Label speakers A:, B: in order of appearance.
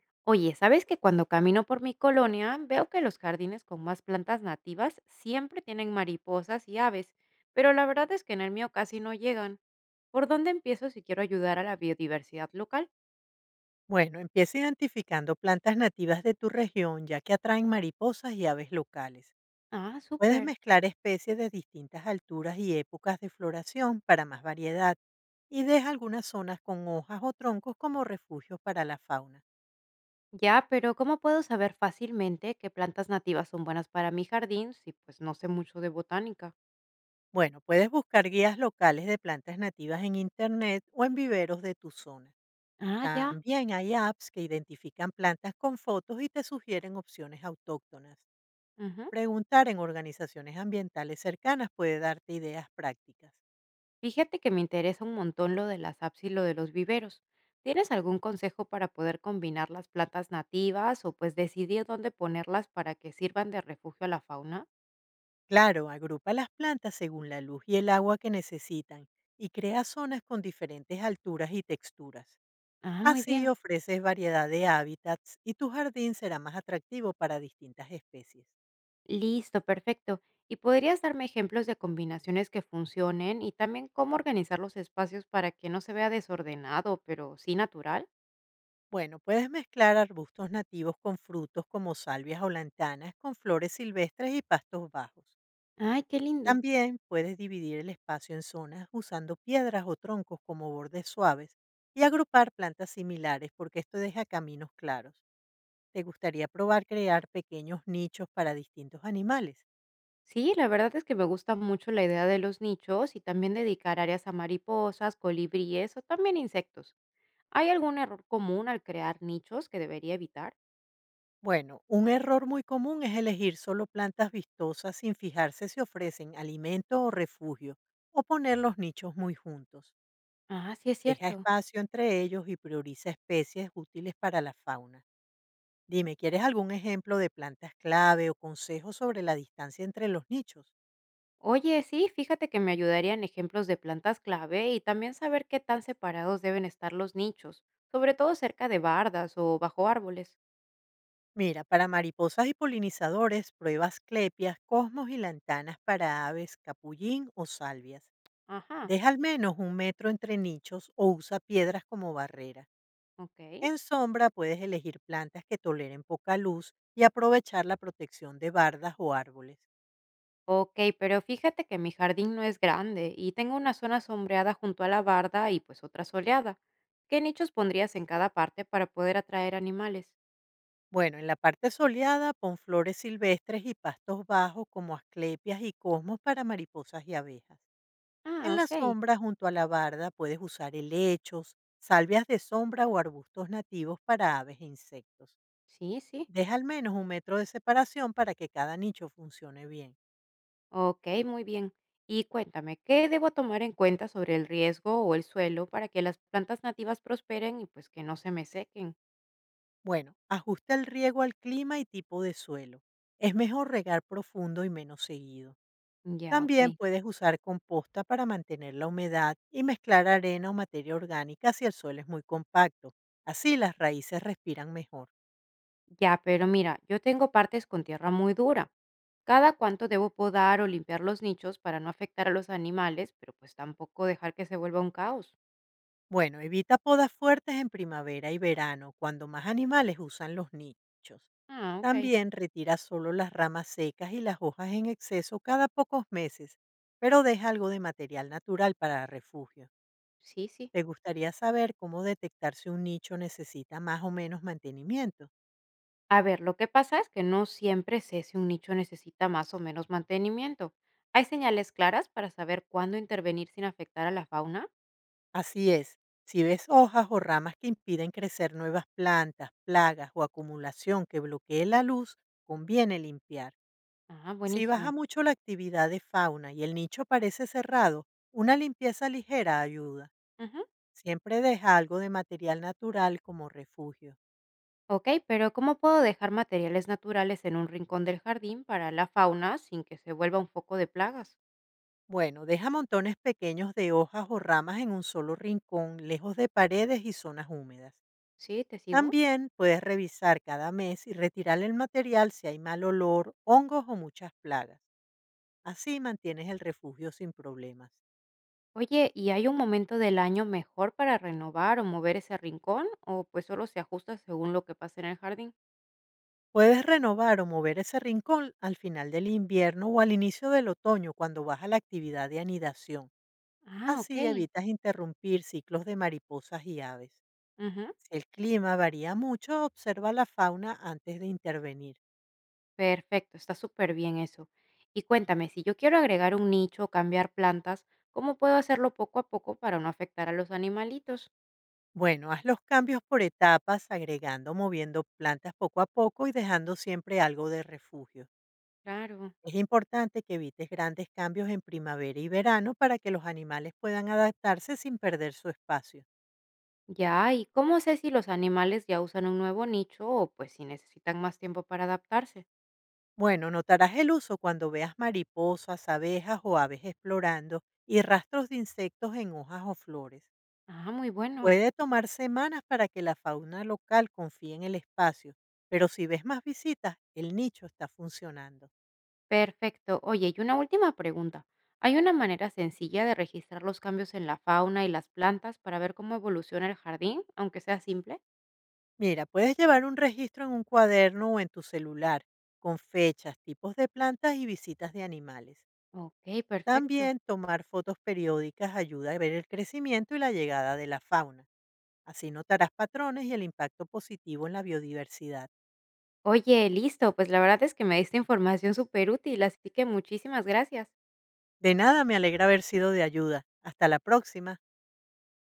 A: Oye, ¿sabes que cuando camino por mi colonia veo que los jardines con más plantas nativas siempre tienen mariposas y aves, pero la verdad es que en el mío casi no llegan? ¿Por dónde empiezo si quiero ayudar a la biodiversidad local?
B: Bueno, empieza identificando plantas nativas de tu región, ya que atraen mariposas y aves locales.
A: Ah,
B: Puedes
A: súper.
B: mezclar especies de distintas alturas y épocas de floración para más variedad y deja algunas zonas con hojas o troncos como refugios para la fauna.
A: Ya, pero ¿cómo puedo saber fácilmente qué plantas nativas son buenas para mi jardín si pues no sé mucho de botánica?
B: Bueno, puedes buscar guías locales de plantas nativas en internet o en viveros de tu zona.
A: Ah, ya.
B: También hay apps que identifican plantas con fotos y te sugieren opciones autóctonas.
A: Ujú.
B: Preguntar en organizaciones ambientales cercanas puede darte ideas prácticas.
A: Fíjate que me interesa un montón lo de las apps y lo de los viveros. ¿Tienes algún consejo para poder combinar las plantas nativas o pues decidir dónde ponerlas para que sirvan de refugio a la fauna?
B: Claro, agrupa las plantas según la luz y el agua que necesitan y crea zonas con diferentes alturas y texturas.
A: Ah, muy
B: Así
A: bien.
B: ofreces variedad de hábitats y tu jardín será más atractivo para distintas especies.
A: Listo, perfecto. ¿Y podrías darme ejemplos de combinaciones que funcionen y también cómo organizar los espacios para que no se vea desordenado, pero sí natural?
B: Bueno, puedes mezclar arbustos nativos con frutos como salvias o lantanas con flores silvestres y pastos bajos.
A: Ay, qué lindo.
B: También puedes dividir el espacio en zonas usando piedras o troncos como bordes suaves y agrupar plantas similares porque esto deja caminos claros. ¿Te gustaría probar crear pequeños nichos para distintos animales?
A: Sí, la verdad es que me gusta mucho la idea de los nichos y también dedicar áreas a mariposas, colibríes o también insectos. ¿Hay algún error común al crear nichos que debería evitar?
B: Bueno, un error muy común es elegir solo plantas vistosas sin fijarse si ofrecen alimento o refugio o poner los nichos muy juntos.
A: Ah, sí es
B: Deja
A: cierto.
B: espacio entre ellos y prioriza especies útiles para la fauna. Dime, ¿quieres algún ejemplo de plantas clave o consejos sobre la distancia entre los nichos?
A: Oye, sí, fíjate que me ayudarían ejemplos de plantas clave y también saber qué tan separados deben estar los nichos, sobre todo cerca de bardas o bajo árboles.
B: Mira, para mariposas y polinizadores, pruebas clepias, cosmos y lantanas para aves, capullín o salvias.
A: Ajá,
B: Deja al menos 1 metro entre nichos o usa piedras como barrera.
A: ok.
B: En sombra puedes elegir plantas que toleren poca luz y aprovechar la protección de bardas o árboles.
A: Ok, pero fíjate que mi jardín no es grande y tengo una zona sombreada junto a la barda y pues otra soleada. ¿Qué nichos pondrías en cada parte para poder atraer animales?
B: Bueno, en la parte soleada pon flores silvestres y pastos bajos como asclepias y cosmos para mariposas y abejas.
A: Ah,
B: En la
A: ok.
B: sombra junto a la barda puedes usar helechos, salvias de sombra o arbustos nativos para aves e insectos.
A: Sí, sí.
B: Deja al menos un metro de separación para que cada nicho funcione bien.
A: Ok, muy bien. Y cuéntame, ¿qué debo tomar en cuenta sobre el riesgo o el suelo para que las plantas nativas prosperen y pues que no se me sequen?
B: Bueno, ajusta el riego al clima y tipo de suelo. Es mejor regar profundo y menos seguido.
A: Ya, ok.
B: También puedes usar composta para mantener la humedad y mezclar arena o materia orgánica si el suelo es muy compacto. Así las raíces respiran mejor.
A: Ya, pero mira, yo tengo partes con tierra muy dura. ¿Cada cuánto debo podar o limpiar los nichos para no afectar a los animales, pero pues tampoco dejar que se vuelva un caos?
B: Bueno, evita podas fuertes en primavera y verano, cuando más animales usan los nichos.
A: Ah, ok.
B: También retira solo las ramas secas y las hojas en exceso cada pocos meses, pero deja algo de material natural para refugio.
A: Sí, sí.
B: ¿Te gustaría saber cómo detectar si un nicho necesita más o menos mantenimiento?
A: A ver, lo que pasa es que no siempre sé si un nicho necesita más o menos mantenimiento. ¿Hay señales claras para saber cuándo intervenir sin afectar a la fauna?
B: Así es, si ves hojas o ramas que impiden crecer nuevas plantas, plagas o acumulación que bloquee la luz, conviene limpiar.
A: Ah,
B: Si baja
A: buenísimo.
B: mucho la actividad de fauna y el nicho parece cerrado, una limpieza ligera ayuda.
A: Ujú.
B: Siempre deja algo de material natural como refugio.
A: Ok, pero ¿cómo puedo dejar materiales naturales en un rincón del jardín para la fauna sin que se vuelva un foco de plagas?
B: Bueno, deja montones pequeños de hojas o ramas en un solo rincón, lejos de paredes y zonas húmedas.
A: Sí, te sigo.
B: También puedes revisar cada mes y retirar el material si hay mal olor, hongos o muchas plagas. Así mantienes el refugio sin problemas.
A: Oye, ¿y hay un momento del año mejor para renovar o mover ese rincón? ¿O pues solo se ajusta según lo que pasa en el jardín?
B: Puedes renovar o mover ese rincón al final del invierno o al inicio del otoño cuando baja la actividad de anidación.
A: Ah, ok.
B: Así evitas interrumpir ciclos de mariposas y aves.
A: Ujú.
B: Si el clima varía mucho, observa la fauna antes de intervenir.
A: Perfecto, está súper bien eso. Y cuéntame, si yo quiero agregar un nicho o cambiar plantas, ¿cómo puedo hacerlo poco a poco para no afectar a los animalitos?
B: Bueno, haz los cambios por etapas, agregando, o moviendo plantas poco a poco y dejando siempre algo de refugio.
A: Claro.
B: Es importante que evites grandes cambios en primavera y verano para que los animales puedan adaptarse sin perder su espacio.
A: Ya, ¿y cómo sé si los animales ya usan un nuevo nicho o pues si necesitan más tiempo para adaptarse?
B: Bueno, notarás el uso cuando veas mariposas, abejas o aves explorando y rastros de insectos en hojas o flores.
A: Ah, muy bueno.
B: Puede tomar semanas para que la fauna local confíe en el espacio, pero si ves más visitas, el nicho está funcionando.
A: Perfecto. Oye, y una última pregunta. ¿Hay una manera sencilla de registrar los cambios en la fauna y las plantas para ver cómo evoluciona el jardín, aunque sea simple?
B: Mira, puedes llevar un registro en un cuaderno o en tu celular, con fechas, tipos de plantas y visitas de animales.
A: Ok, perfecto.
B: También tomar fotos periódicas ayuda a ver el crecimiento y la llegada de la fauna. Así notarás patrones y el impacto positivo en la biodiversidad.
A: Oye, listo. Pues la verdad es que me diste información súper útil, así que muchísimas gracias.
B: De nada me alegra haber sido de ayuda. Hasta la próxima.